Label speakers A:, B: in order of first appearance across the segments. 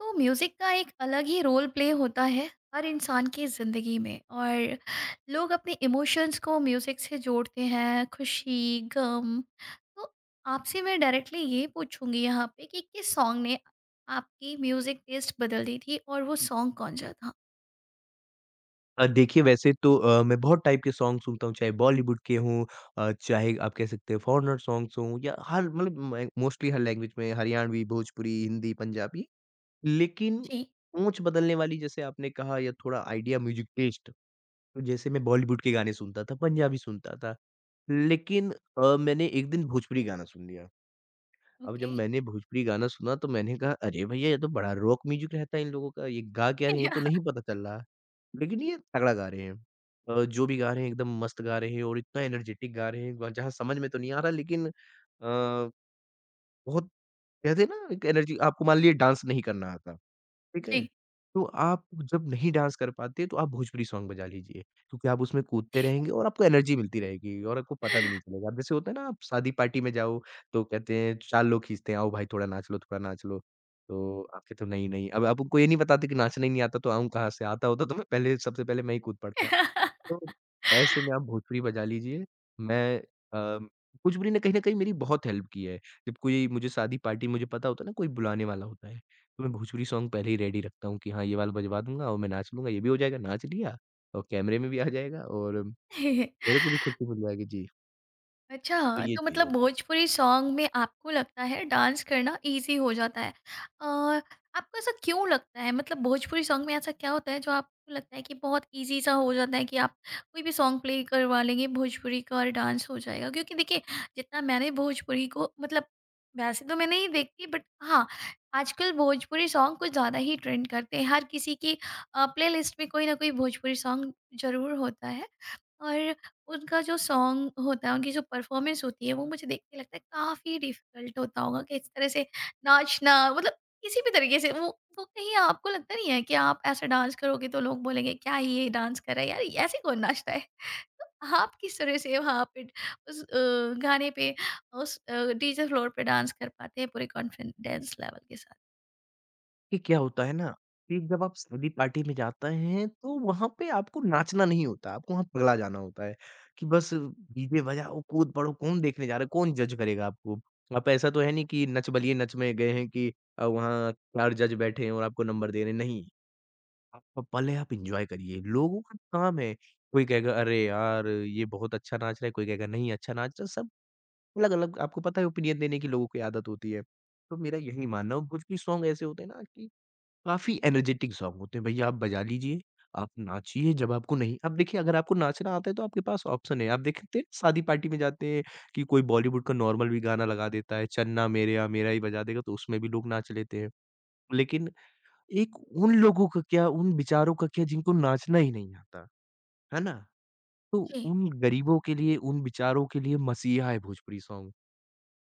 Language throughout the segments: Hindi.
A: तो म्यूज़िक का एक अलग ही रोल प्ले होता है हर इंसान की ज़िंदगी में। और लोग अपने इमोशंस को म्यूज़िक से जोड़ते हैं, खुशी, गम। तो आपसे मैं डायरेक्टली ये पूछूंगी यहाँ पे कि किस सॉन्ग ने आपकी म्यूज़िक टेस्ट बदल दी थी और वो सॉन्ग कौन सा था?
B: देखिए वैसे तो मैं बहुत टाइप के सॉन्ग सुनता हूँ, चाहे बॉलीवुड के हों, चाहे आप कह सकते हैं फॉरेनर सॉन्ग्स हों या हर मतलब मैं मोस्टली हर लैंग्वेज में हरियाणवी, भोजपुरी, हिंदी, पंजाबी। लेकिन
A: जी।
B: सोच बदलने वाली जैसे आपने कहा या थोड़ा आइडिया म्यूज़िक टेस्ट, तो जैसे मैं बॉलीवुड के गाने सुनता था, पंजाबी सुनता था। लेकिन मैंने एक दिन भोजपुरी गाना सुन लिया। अब जब
A: ओके।
B: मैंने भोजपुरी गाना सुना तो मैंने कहा अरे भैया ये तो बड़ा रॉक म्यूजिक रहता है इन लोगों का, ये गा क्या रहे हैं ये तो नहीं पता चल रहा। लेकिन ये तगड़ा गा रहे हैं। जो भी गा रहे हैं एकदम मस्त गा रहे हैं और इतना एनर्जेटिक गा रहे हैं ग जहाँ समझ में तो नहीं आ रहा लेकिन बहुत कहते हैं ना एक एनर्जी आपको मान लीजिए डांस नहीं करना आता। ठीक है? तो आप जब नहीं डांस कर पाते तो आप भोजपुरी सॉन्ग बजा लीजिए, क्योंकि आप उसमें कूदते रहेंगे और आपको एनर्जी मिलती रहेगी और आपको पता भी नहीं चलेगा। जैसे होता है ना आप शादी पार्टी में जाओ तो कहते हैं चाल लोग खींचते हैं, आओ भाई थोड़ा नाच लो, थोड़ा नाच लो। तो आप कहते हो नहीं, नहीं, अब आप उनको ये नहीं बताते कि नाचना ही नहीं आता तो आऊँ कहाँ से? आता होता तो मैं पहले सबसे पहले मैं ही कूद पड़ता।
A: जी।
B: तो ऐसे में आप भोजपुरी बजा लीजिए, मैं अम, भोजपुरी ने कहीं न कहीं मेरी बहुत हेल्प की है। जब कोई मुझे शादी पार्टी मुझे पता होता है ना कोई बुलाने वाला होता है, तो मैं भोजपुरी सॉन्ग पहले ही रेडी रखता हूँ कि हाँ, ये वाला बजवा दूँगा और मैं नाच लूँगा, ये भी हो जाएगा, नाच लिया और कैमरे में भी आ जाएगा और मेरे को भी खुशी मिल जाएगी। जी, तो
A: अच्छा,
B: ये
A: तो
B: चीज़
A: मतलब
B: होती है।
A: भोजपुरी सॉन्ग में आपको लगता है डांस करना ईज़ी हो जाता है। आपको ऐसा क्यों लगता है? मतलब भोजपुरी सॉन्ग में ऐसा क्या होता है जो आपको लगता है कि बहुत ईज़ी सा हो जाता है कि आप कोई भी सॉन्ग प्ले करवा लेंगे भोजपुरी का और डांस हो जाएगा? क्योंकि देखिए, जितना मैंने भोजपुरी को मतलब, वैसे तो मैं नहीं देखती बट हाँ, आजकल भोजपुरी सॉन्ग कुछ ज़्यादा ही ट्रेंड करते हैं। हर किसी की प्लेलिस्ट में कोई ना कोई भोजपुरी सॉन्ग ज़रूर होता है। और उनका जो सॉन्ग होता है, उनकी जो परफ़ॉर्मेंस होती है, वो मुझे देख के लगता है काफ़ी डिफ़िकल्ट होता होगा कि इस तरह से नाचना, मतलब किसी भी तरीके से वो, कहीं आपको लगता नहीं है कि आप ऐसा डांस करोगे तो लोग बोलेंगे क्या ही ये डांस कर रहा है यार, ऐसे कौन नाचता है? तो आप किस तरह से वहाँ पे उस गाने पे, उस डीजे फ़्लोर पे डांस कर पाते हैं पूरे कॉन्फिडेंस लेवल के साथ?
B: कि क्या होता है ना, कि जब आप शादी पार्टी में जाते हैं, तो वहाँ पे आपको नाचना नहीं होता, आपको वहाँ पगला जाना होता है, कि बस डीजे बजाओ, कूद पड़ो, कौन देखने जा रहा है, कौन जज करेगा आपको? आप ऐसा तो है नहीं कि नच बलिए नच में गए हैं कि वहाँ 4 जज बैठे हैं और आपको नंबर दे रहे हैं, नहीं। आपका पल है, आप एन्जॉय करिए, लोगों का काम है, कोई कहेगा, "अरे यार! ये बहुत अच्छा नाच रहा है", कोई कहेगा, "नहीं, अच्छा नाच रहा है", सब अलग-अलग आपको पता है ओपिनियन देने की लोगों की आदत होती है। तो मेरा यही मानना है और कुछ भी सॉन्ग ऐसे होते हैं ना कि काफ़ी एनर्जेटिक सॉन्ग होते हैं भैया आप बजा लीजिए, आप नाचिए जब आपको नहीं अब देखिए अगर आपको नाचना आता है तो आपके पास ऑप्शन है, आप देखते हैं शादी पार्टी में जाते हैं कि कोई बॉलीवुड का नॉर्मल भी गाना लगा देता है, चन्ना मेरेया मेरा ही बजा देगा तो उसमें भी लोग नाच लेते हैं। लेकिन एक उन लोगों का क्या, उन बेचारों का क्या जिनको नाचना ही नहीं आता, है ना? तो
A: जी।
B: उन गरीबों के लिए, उन बेचारों के लिए मसीहा है भोजपुरी सॉन्ग।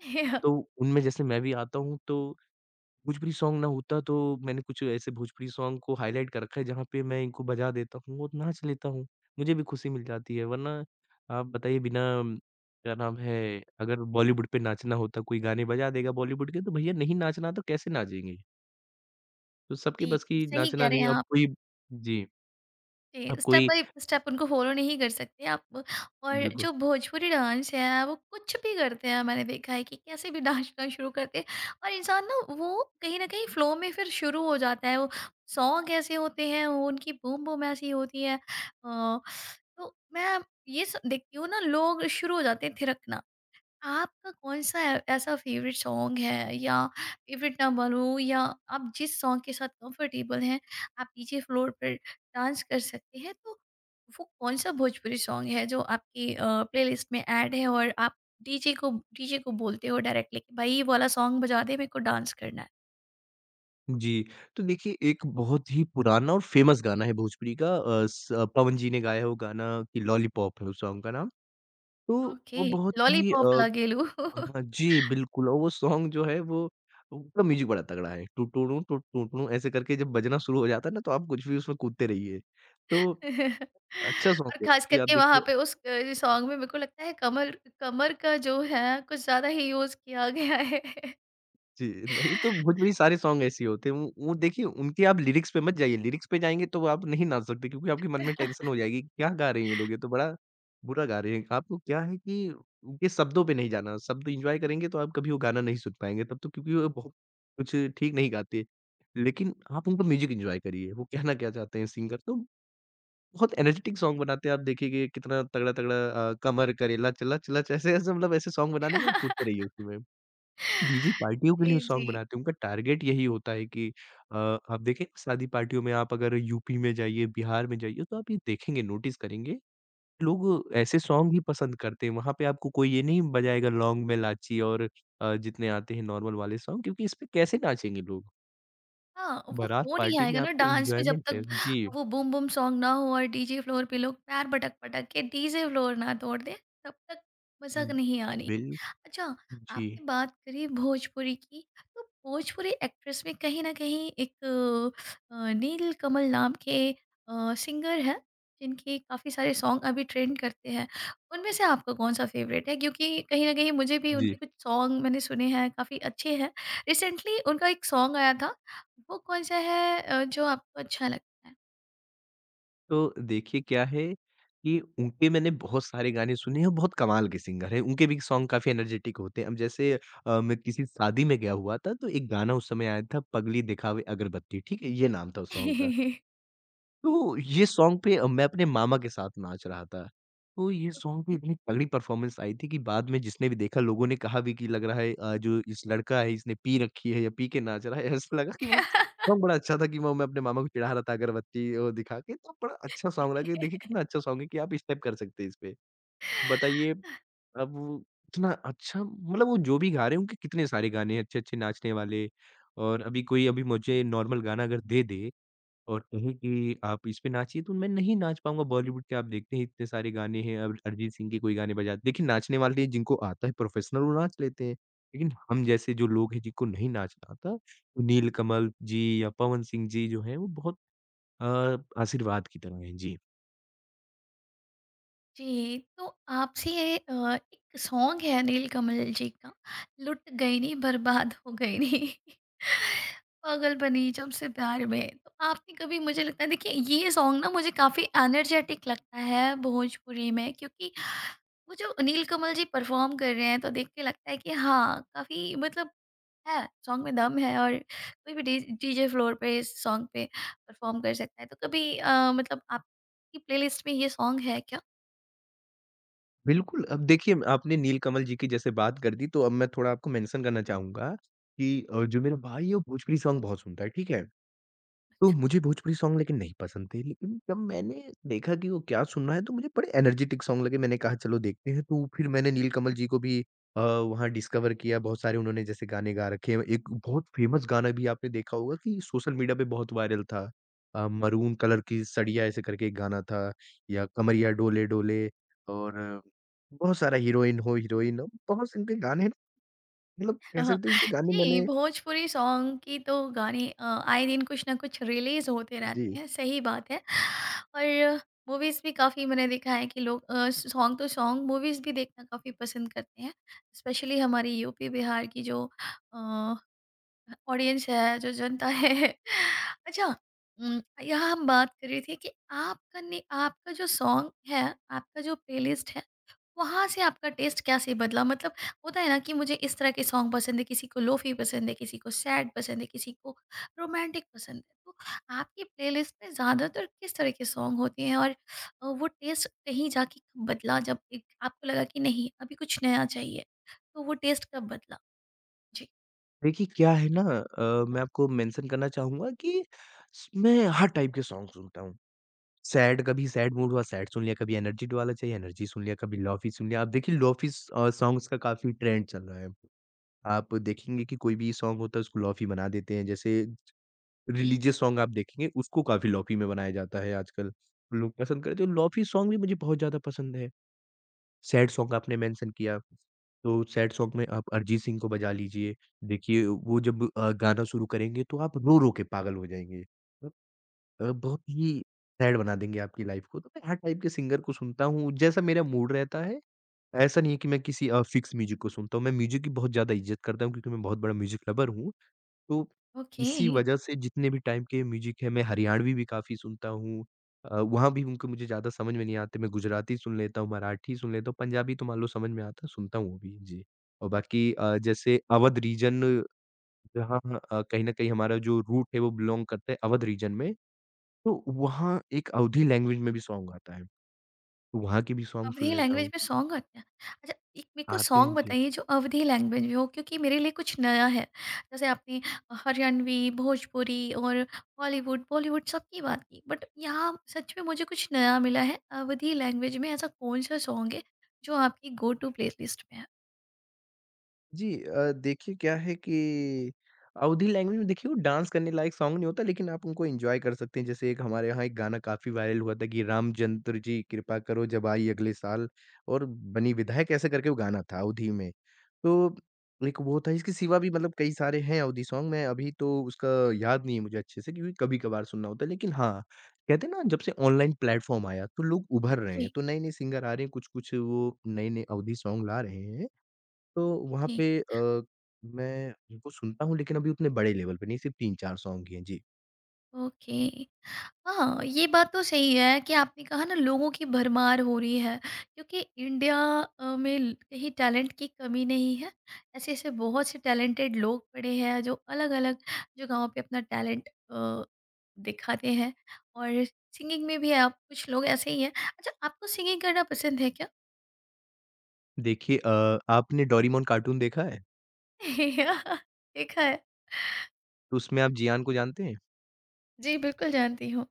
B: तो उनमें जैसे मैं भी आता हूँ तो भोजपुरी सॉन्ग ना होता तो मैंने कुछ ऐसे भोजपुरी सॉन्ग को हाइलाइट कर रखा है जहाँ पे मैं इनको बजा देता हूँ और नाच लेता हूँ। मुझे भी खुशी मिल जाती है वरना आप बताइए बिना क्या नाम है अगर बॉलीवुड पे नाचना होता कोई गाने बजा देगा बॉलीवुड के तो भैया नहीं नाचना तो कैसे नाचेंगे? तो सबके
A: जी,
B: बस की
A: सही
B: नाचना
A: कह रहे
B: नहीं
A: हैं आप। सही कह रहे हैं
B: अब
A: आप।
B: कोई जी, अब
A: स्टेप
B: कोई
A: बाय स्टेप उनको फॉलो नहीं कर सकते आप। और
B: बिल्कुल।
A: जो भोजपुरी डांस है वो कुछ भी करते हैं, मैंने देखा है कि कैसे भी नाचना शुरू करते हैं। और इंसान ना वो कहीं ना कहीं फ्लो में फिर शुरू हो जाता है। वो सॉन्ग ऐसे होते हैं, वो उनकी बूम बूम ऐसी होती है। तो मैं देखती हूँ ना लोग शुरू हो जाते हैं थिरकना। आपका कौन-सा ऐ ऐसा फ़ेवरेट सॉन्ग है, या फ़ेवरेट ना बोलो, या आप जिस सॉन्ग के साथ कंफ़र्टेबल हैं, आप डीजे फ़्लोर पर डांस कर सकते हैं, तो वो कौन-सा भोजपुरी सॉन्ग है जो आपकी प्लेलिस्ट में ऐड है और आप डीजे को बोलते हो डायरेक्टली कि भाई ये वाला सॉन्ग बजा दे, मेरे को डांस करना है?
B: जी, तो देखिए एक बहुत ही पुराना और फ़ेमस गाना है भोजपुरी का पवन जी ने गाया है वो गाना कि लॉलीपॉप है उस सॉन्ग का नाम। तो
A: ओके।
B: वो बहुत ही
A: लॉलीपॉप लागेलू।
B: हाँ, जी, बिल्कुल और वो सॉन्ग जो है वो उसका म्यूज़िक बड़ा तगड़ा है। टू टू टू टू टू टू ऐसे करके जब बजना शुरू हो जाता है ना तो आप कुछ भी उसमें कूदते रहिए। तो अच्छा सॉन्ग
A: और
B: है,
A: ख़ास
B: कि आप
A: करके वहाँ
B: देखिए
A: पे उस सॉन्ग में मेरे को लगता है कमर कमर का जो है कुछ ज़्यादा ही यूज़ किया गया है।
B: जी, नहीं तो भोजपुरी में सारे सॉन्ग ऐसे ही होते हैं। वो देखिए उनके आप लिरिक्स पे मत जाइए, लिरिक्स पे जाएँगे तो आप नहीं नाच सकते क्योंकि आपके मन में टेंशन हो जाएगी, कि क्या गा रहे हैं ये लोग, ये तो बड़ा बुरा गा रहे हैं। आपको क्या है कि उनके शब्दों पे नहीं जाना, शब्द एन्जॉय करेंगे तो आप कभी वो गाना नहीं सुन पाएँगे तब तो क्योंकि वो बहुत कुछ ठीक नहीं गाते। लेकिन आप उनका म्यूज़िक एन्जॉय करिए, वो कहना क्या चाहते हैं सिंगर तो बहुत एनर्जेटिक सॉन्ग बनाते हैं आप देखिएगा कितना तगड़ा-तगड़ा कमर करेला, लच लच लच ऐसे-ऐसे मतलब ऐसे सॉन्ग बनाने के आप कूदते रहिए उसी में। जी, जी, पार्टियों के लिए वो
A: जी,
B: सॉन्ग
A: जी।
B: बनाते हैं, उनका टारगेट यही होता है कि आप देखें शादी पार्टियों में आप अगर यूपी में जाइए, बिहार में जाइए तो आप ये देखेंगे, नोटिस करेंगे, लोग ऐसे सॉन्ग ही पसंद करते हैं। वहाँ पे आपको कोई ये नहीं बजाएगा लौंग में इलायची और जितने आते हैं नॉर्मल वाले सॉन्ग क्योंकि इस पे कैसे नाचेंगे लोग?
A: हाँ, वो
B: बारात
A: फ्लो नहीं
B: पार्टी में
A: आएगा ना
B: आपको
A: डांस में जब
B: एन्जॉयमेंट
A: तक
B: चाहिए। जी,
A: वो बूम बूम सॉन्ग ना हो और डीजे फ्लोर पे लोग पैर पटक-पटक के डीजे फ्लोर ना तोड़ दें, तब तक मज़ा
B: हुँ,
A: नहीं आनी।
B: बिल
A: अच्छा,
B: जी,
A: आपने बात करी भोजपुरी की, तो भोजपुरी एक्ट्रेस में कहीं न कहीं एक नील कमल नाम के सिंगर हैं, जिनके काफ़ी सारे सॉन्ग अभी ट्रेंड करते हैं। उनमें से आपका कौन-सा फ़ेवरेट है? क्योंकि कहीं न कहीं मुझे भी
B: जी।
A: उनके कुछ सॉन्ग मैंने सुने हैं, काफ़ी अच्छे हैं। रिसेंटली उनका एक सॉन्ग आया था, वो कौन-सा है जो आपको अच्छा लगता है?
B: तो देखिए क्या है कि उनके मैंने बहुत सारे गाने सुने हैं और बहुत कमाल के सिंगर हैं। उनके भी सॉन्ग काफ़ी एनर्जेटिक होते हैं। अब जैसे मैं किसी शादी में गया हुआ था तो एक गाना उस समय आया था पगली दिखावे अगरबत्ती, ठीक है? ये नाम था उस सॉन्ग का। तो ये सॉन्ग पे मैं अपने मामा के साथ नाच रहा था। तो ये सॉन्ग पे इतनी तगड़ी परफ़ॉर्मेंस आई थी कि बाद में जिसने भी देखा लोगों ने कहा भी कि लग रहा है जो इस लड़का है इसने पी रखी है या पी के नाच रहा है। ऐसा लगा कि मतलब सॉन्ग बड़ा अच्छा था कि वो मैं अपने मामा को चिढ़ा रहा था अगरबत्ती वो दिखा के तो बड़ा अच्छा सॉन्ग लगा कि देखिए कितना अच्छा सॉन्ग है कि आप स्टेप कर सकते हैं इस पे। बताइए अब वो इतना अच्छा मतलब वो जो भी गा रहे हैं उनके कितने सारे गाने हैं अच्छे-अच्छे नाचने वाले और अभी कोई अभी मुझे नॉर्मल गाना अगर दे दे और कहे कि आप इस पे नाचिए तो मैं नहीं नाच पाऊँगा बॉलीवुड के आप देखते हैं इतने सारे गाने हैं अब अरिजीत सिंह के कोई गाने बजा देखिए नाचने वाले हैं, जिनको आता है प्रोफेशनल वो नाच लेते हैं। लेकिन हम जैसे जो लोग हैं जिनको नहीं नाचना आता, तो नील कमल जी या पवन सिंह जी जो हैं वो बहुत आशीर्वाद की तरह हैं। जी।
A: जी, तो आपसे ये एक सॉन्ग है अनिल कमल जी का, लुट गई नी, बर्बाद हो गई नी। पागल बनी जब से प्यार में। तो आपने कभी, मुझे लगता है देखिए ये सॉन्ग ना मुझे काफ़ी एनर्जेटिक लगता है भोजपुरी में, क्योंकि वो जो अनिल कमल जी परफ़ॉर्म कर रहे हैं तो देख के लगता है कि हाँ, काफ़ी मतलब है, सॉन्ग में दम है और कोई भी डी डीजे फ्लोर पे इस सॉन्ग पे परफ़ॉर्म कर सकता है। तो कभी मतलब आपकी प्लेलिस्ट में ये सॉन्ग है
B: बिल्कुल, अब देखिए आपने नील कमल जी की जैसे बात कर दी तो अब मैं थोड़ा आपको मेंशन करना चाहूँगा कि जो मेरा भाई है वो भोजपुरी सॉन्ग बहुत सुनता है, ठीक है? तो
A: क्या?
B: मुझे भोजपुरी सॉन्ग लेकिन नहीं पसंद थे, लेकिन जब मैंने देखा कि वो क्या सुन रहा है, तो मुझे बड़े एनर्जेटिक सॉन्ग लगे, मैंने कहा चलो देखते हैं। तो फिर मैंने नीलकमल जी को भी वहाँ डिस्कवर किया, बहुत सारे उन्होंने जैसे गाने गा रखे हैं। एक बहुत फेमस गाना भी आपने देखा होगा कि सोशल मीडिया पे बहुत वायरल था मरून कलर की सड़िया ऐसे करके एक गाना था या कमरिया डोले डोले और बहुत सारा हीरोइन हो, बहुत से इनके गाने हैं मतलब कह
A: हाँ,
B: सकते हैं उनके गाने
A: जी,
B: मैंने
A: भोजपुरी सॉन्ग की तो गाने आए दिन कुछ ना कुछ रिलीज़ होते
B: जी।
A: रहते हैं, सही बात है। और मूवीज़ भी काफ़ी मैंने देखा है कि लोग सॉन्ग तो सॉन्ग, मूवीज़ भी देखना काफ़ी पसंद करते हैं। स्पेशली हमारी यूपी, बिहार की जो अ, ऑडियंस है, जो जनता है। अच्छा, यहाँ हम बात कर रहे थे कि आपका जो सॉन्ग है, आपका जो प्लेलिस्ट है, वहाँ से आपका टेस्ट कैसे बदला? मतलब होता है ना कि मुझे इस तरह के सॉन्ग पसंद है, किसी को लोफ़ी पसंद है, किसी को सैड पसंद है, किसी को रोमांटिक पसंद है। तो आपकी प्लेलिस्ट में ज़्यादातर किस तरह के सॉन्ग होते हैं? और वो टेस्ट कहीं जाके कब बदला जब एक आपको लगा कि नहीं, अभी कुछ नया चाहिए? तो वो टेस्ट कब बदला? जी।
B: देखिए, क्या है ना मैं आपको मेंशन करना चाहूँगा कि स मैं हर टाइप के सॉन्ग सुनता हूँ। सैड कभी सैड मूड हुआ सैड सुन लिया, कभी एनर्जी वाला चाहिए एनर्जी सुन लिया, कभी लोफी सुन लिया। आप देखिए लोफी सॉन्ग्स का काफ़ी ट्रेंड चल रहा है। आप देखेंगे कि कोई भी सॉन्ग होता है उसको लोफी बना देते हैं। जैसे रिलीजियस सॉन्ग आप देखेंगे उसको काफ़ी लोफी में बनाया जाता है आजकल। लोग पसंद करते हैं, तो लोफी सॉन्ग भी मुझे बहुत ज़्यादा पसंद है। सैड सॉन्ग आपने मेंशन किया, तो सैड सॉन्ग में आप अरिजीत सिंह को बजा लीजिए। देखिए वो जब गाना शुरू करेंगे तो आप रो-रो के पागल हो जाएँगे। मतलब बहुत ही सैड बना देंगे आपकी लाइफ़ को। तो मैं हर टाइप के सिंगर को सुनता हूँ, जैसा मेरा मूड रहता है। ऐसा नहीं है कि मैं किसी फिक्स म्यूज़िक को सुनता हूँ। मैं म्यूज़िक की बहुत ज़्यादा इज़्ज़त करता हूँ क्योंकि मैं बहुत बड़ा म्यूज़िक लवर हूँ। तो
A: ओके।
B: इसी वजह से जितने भी टाइप के म्यूज़िक है, मैं हरियाणवी भी काफ़ी सुनता हूँ। वहाँ भी उनके मुझे ज़्यादा समझ में नहीं आते, मैं गुजराती सुन लेता हूँ, मराठी सुन लेता हूँ, पंजाबी तो मान लो समझ में आता है, सुनता हूँ वो भी। जी, और बाकी जैसे अवध रीजन जहाँ कहीं न कहीं हमारा जो रूट है वो बिलॉन्ग करता है अवध रीजन में, तो वहाँ एक अवधी लैंग्वेज में भी सॉन्ग आता है, तो वहाँ के भी सॉन्ग सुन
A: अवधी
B: लेता
A: लैंग्वेज
B: हूँ।
A: में सॉन्ग आते हैं? अच्छा, एक मेरे को
B: आते हैं
A: सॉन्ग
B: जी।
A: बताइए जो अवधी लैंग्वेज में हो, क्योंकि मेरे लिए कुछ नया है। जैसे आपने हरियाणवी, भोजपुरी और हॉलीवुड, बॉलीवुड सबकी बात की। बट यहाँ सच में मुझे कुछ नया मिला है। अवधी लैंग्वेज में ऐसा कौन-सा सॉन्ग है जो आपकी गो टू प्लेलिस्ट में है?
B: देखिए क्या है कि अवधी लैंग्वेज में देखिए वो डांस करने लायक सॉन्ग नहीं होता लेकिन आप उनको एन्जॉय कर सकते हैं। जैसे एक हमारे यहाँ एक गाना काफ़ी वायरल हुआ था कि रामचंद्र जी कृपा करो जब आई अगले साल और बनी विधायक ऐसे करके वो गाना था अवधी में। तो एक वो था इसके सिवा भी मतलब कई सारे हैं अवधी सॉन्ग मैं अभी तो उसका याद नहीं है मुझे अच्छे से क्योंकि कभी-कभार सुनना होता है। लेकिन हाँ, कहते हैं ना जब से ऑनलाइन प्लेटफ़ॉर्म आया तो लोग उभर रहे हैं।
A: जी,
B: तो नए-नए सिंगर आ रहे हैं कुछ-कुछ वो नए-नए अवधी सॉन्ग ला रहे हैं। तो वहाँ
A: जी।
B: पे मैं उनको सुनता हूँ लेकिन अभी उतने बड़े लेवल पे नहीं, सिर्फ़ 3-4 सॉन्ग ही हैं। जी।
A: ओके। हाँ, ये बात तो सही है कि आपने कहा ना लोगों की भरमार हो रही है, क्योंकि इंडिया में कहीं टैलेंट की कमी नहीं है। ऐसे ऐसे बहुत से टैलेंटेड लोग पड़े हैं जो अलग अलग जगहों पे अपना टैलेंट दिखाते हैं। और सिंगिंग में भी आप, कुछ लोग ऐसे ही हैं। अच्छा, आपको सिंगिंग करना पसंद है क्या?
B: देखिए आपने डोरेमोन कार्टून देखा है?
A: देखा है।
B: तो उसमें आप ज़ियान को जानते हैं?
A: जी बिल्कुल जानती हूँ।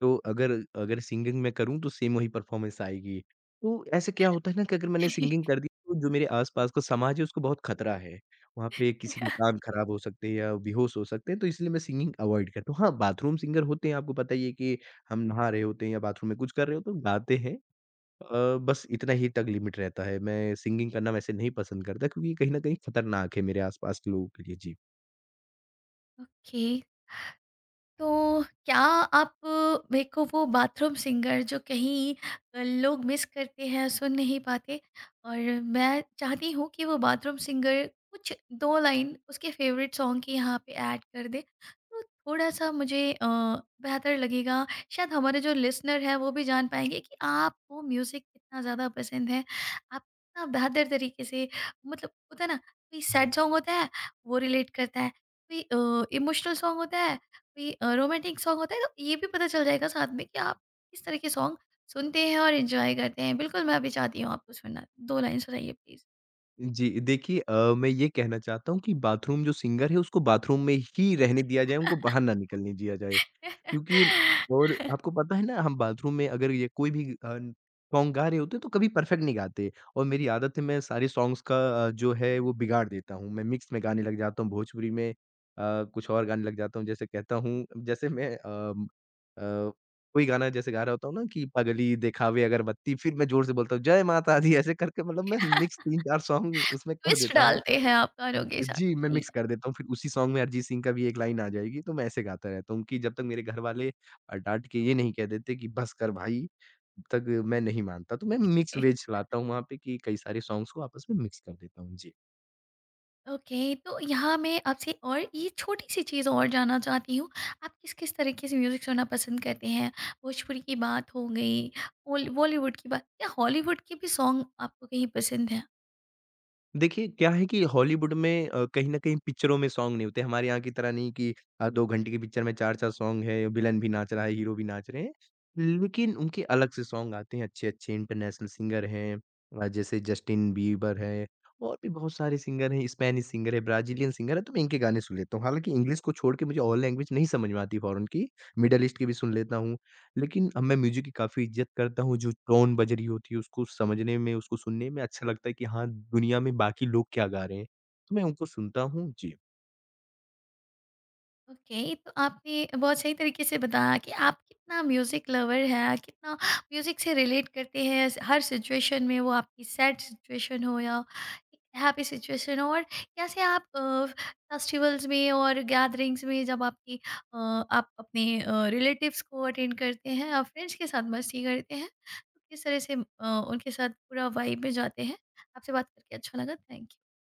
B: तो अगर अगर सिंगिंग मैं करूँ तो सेम वही परफ़ॉर्मेंस आएगी। तो ऐसे क्या होता है ना कि अगर मैंने सिंगिंग कर दी तो जो मेरे आस-पास का समाज है उसको बहुत खतरा है। वहाँ पे किसी के कान ख़राब हो सकते हैं या बेहोश हो सकते हैं तो इसलिए मैं सिंगिंग अवॉइड करता हूँ। हाँ, बाथरूम सिंगर होते हैं आपको पता ही है कि हम नहा रहे होते हैं या बाथरूम में कुछ कर रहे होते हैं, गाते हैं। बस इतना ही तक लिमिट रहता है। मैं सिंगिंग करना वैसे नहीं पसंद करता क्योंकि कहीं न कहीं खतरनाक है मेरे आस-पास के लोगों के लिए। जी।
A: ओके, तो क्या आप, मेरे को वो बाथरूम सिंगर जो कहीं लोग मिस करते हैं, सुन नहीं पाते, और मैं चाहती हूँ कि वो बाथरूम सिंगर कुछ 2 लाइन उसके फ़ेवरेट सॉन्ग की यहाँ पे ऐड कर दे, तो थोड़ा-सा मुझे बेहतर लगेगा। शायद हमारे जो लिसनर हैं, वो भी जान पाएँगे कि आपको म्यूज़िक कितना ज़्यादा पसंद है। आप कितना बेहतर तरीके से, मतलब होता है ना, कोई सैड सॉन्ग होता है, वो रिलेट करता है, कोई इमोशनल सॉन्ग होता है, कोई रोमांटिक सॉन्ग होता है, तो ये भी पता चल जाएगा साथ में कि आप किस तरह के सॉन्ग सुनते हैं और एंजॉय करते हैं। बिल्कुल, मैं भी चाहती हूँ आपको सुनना। 2 लाइन सुनाइए प्लीज़।
B: जी, देखिए मैं ये कहना चाहता हूँ कि बाथरूम जो सिंगर है उसको बाथरूम में ही रहने दिया जाए, उनको बाहर ना निकलने दिया जाए। क्योंकि और आपको पता है ना हम बाथरूम में अगर ये कोई भी सॉन्ग गा रहे होते हैं तो कभी परफेक्ट नहीं गाते और मेरी आदत है मैं सारे सॉन्ग्स का जो है वो बिगाड़ देता हूँ। मैं मिक्स में गाने लग जाता हूँ, भोजपुरी में कुछ और गाने लग जाता हूँ जैसे कहता हूँ जैसे मैं अ, कोई गाना जैसे गा रहा होता हूँ ना कि पगली, दिखावे, अगरबत्ती फिर मैं ज़ोर से बोलता हूँ जय माता दी ऐसे करके मतलब मैं मिक्स 3-4 सॉन्ग उसमें कर
A: ट्विस्ट
B: देता हूँ।
A: डालते हैं आप गानों के साथ।
B: जी, मैं
A: सही
B: मिक्स कर देता हूँ, फिर उसी सॉन्ग में अरिजीत सिंह का भी एक लाइन आ जाएगी, तो मैं ऐसे गाता रहता हूँ कि जब तक मेरे घर वाले डाँट के ये नहीं कह देते कि बस कर भाई, तब तक मैं नहीं मानता। तो मैं मिक्स
A: है।
B: वेज चलाता हूँ वहाँ पे कि कई सारे सॉन्ग्स को आपस में मिक्स कर देता हूँ। जी।
A: ओके, तो यहाँ मैं आपसे और ये छोटी-सी चीज़ और जानना चाहती हूँ। आप किस-किस तरीके से म्यूज़िक सुनना पसंद करते हैं? भोजपुरी की बात हो गई, बॉलीवुड की बात, क्या हॉलीवुड के भी सॉन्ग आपको कहीं पसंद हैं?
B: देखिए, क्या है कि हॉलीवुड में कहीं न कहीं पिक्चरों में सॉन्ग नहीं होते। हमारे यहाँ की तरह नहीं कि 2 घंटे की पिक्चर में 4-4 सॉन्ग है, विलेन भी नाच रहा है, हीरो भी नाच रहे हैं। लेकिन उनके अलग से सॉन्ग आते हैं, अच्छे-अच्छे इंटरनेशनल सिंगर हैं जैसे जस्टिन बीबर है और भी बहुत सारे सिंगर हैं, स्पेनिश सिंगर है, ब्राज़ीलियन सिंगर है, तो मैं इनके गाने सुन लेता हूँ। हालाँकि इंग्लिश को छोड़ के मुझे और लैंग्वेज नहीं समझ में आती फ़ॉरेन की, मिडल ईस्ट की भी सुन लेता हूँ। लेकिन अब मैं म्यूज़िक की काफ़ी इज़्ज़त करता हूँ, जो टोन बज रही होती है, उसको समझने में, उसको सुनने में अच्छा लगता है कि हाँ, दुनिया में बाकी लोग क्या गा रहे हैं। तो मैं उनको सुनता हूँ। जी।
A: ओके, तो आपने बहुत सही तरीके से बताया कि आप कितना म्यूज़िक लवर हैं, कितना म्यूज़िक से रिलेट करते हैं हर सिचुएशन में, वो आपकी सैड सिचुएशन हो या हैप्पी सिचुएशन हो, और कैसे आप फेस्टिवल्स में और गैदरिंग्स में जब आपकी, आप अपने रिलेटिव्स को अटेंड करते हैं और फ्रेंड्स के साथ मस्ती करते हैं तो किस तरह से उनके साथ पूरा वाइब में जाते हैं। आपसे बात करके अच्छा लगा, थैंक यू।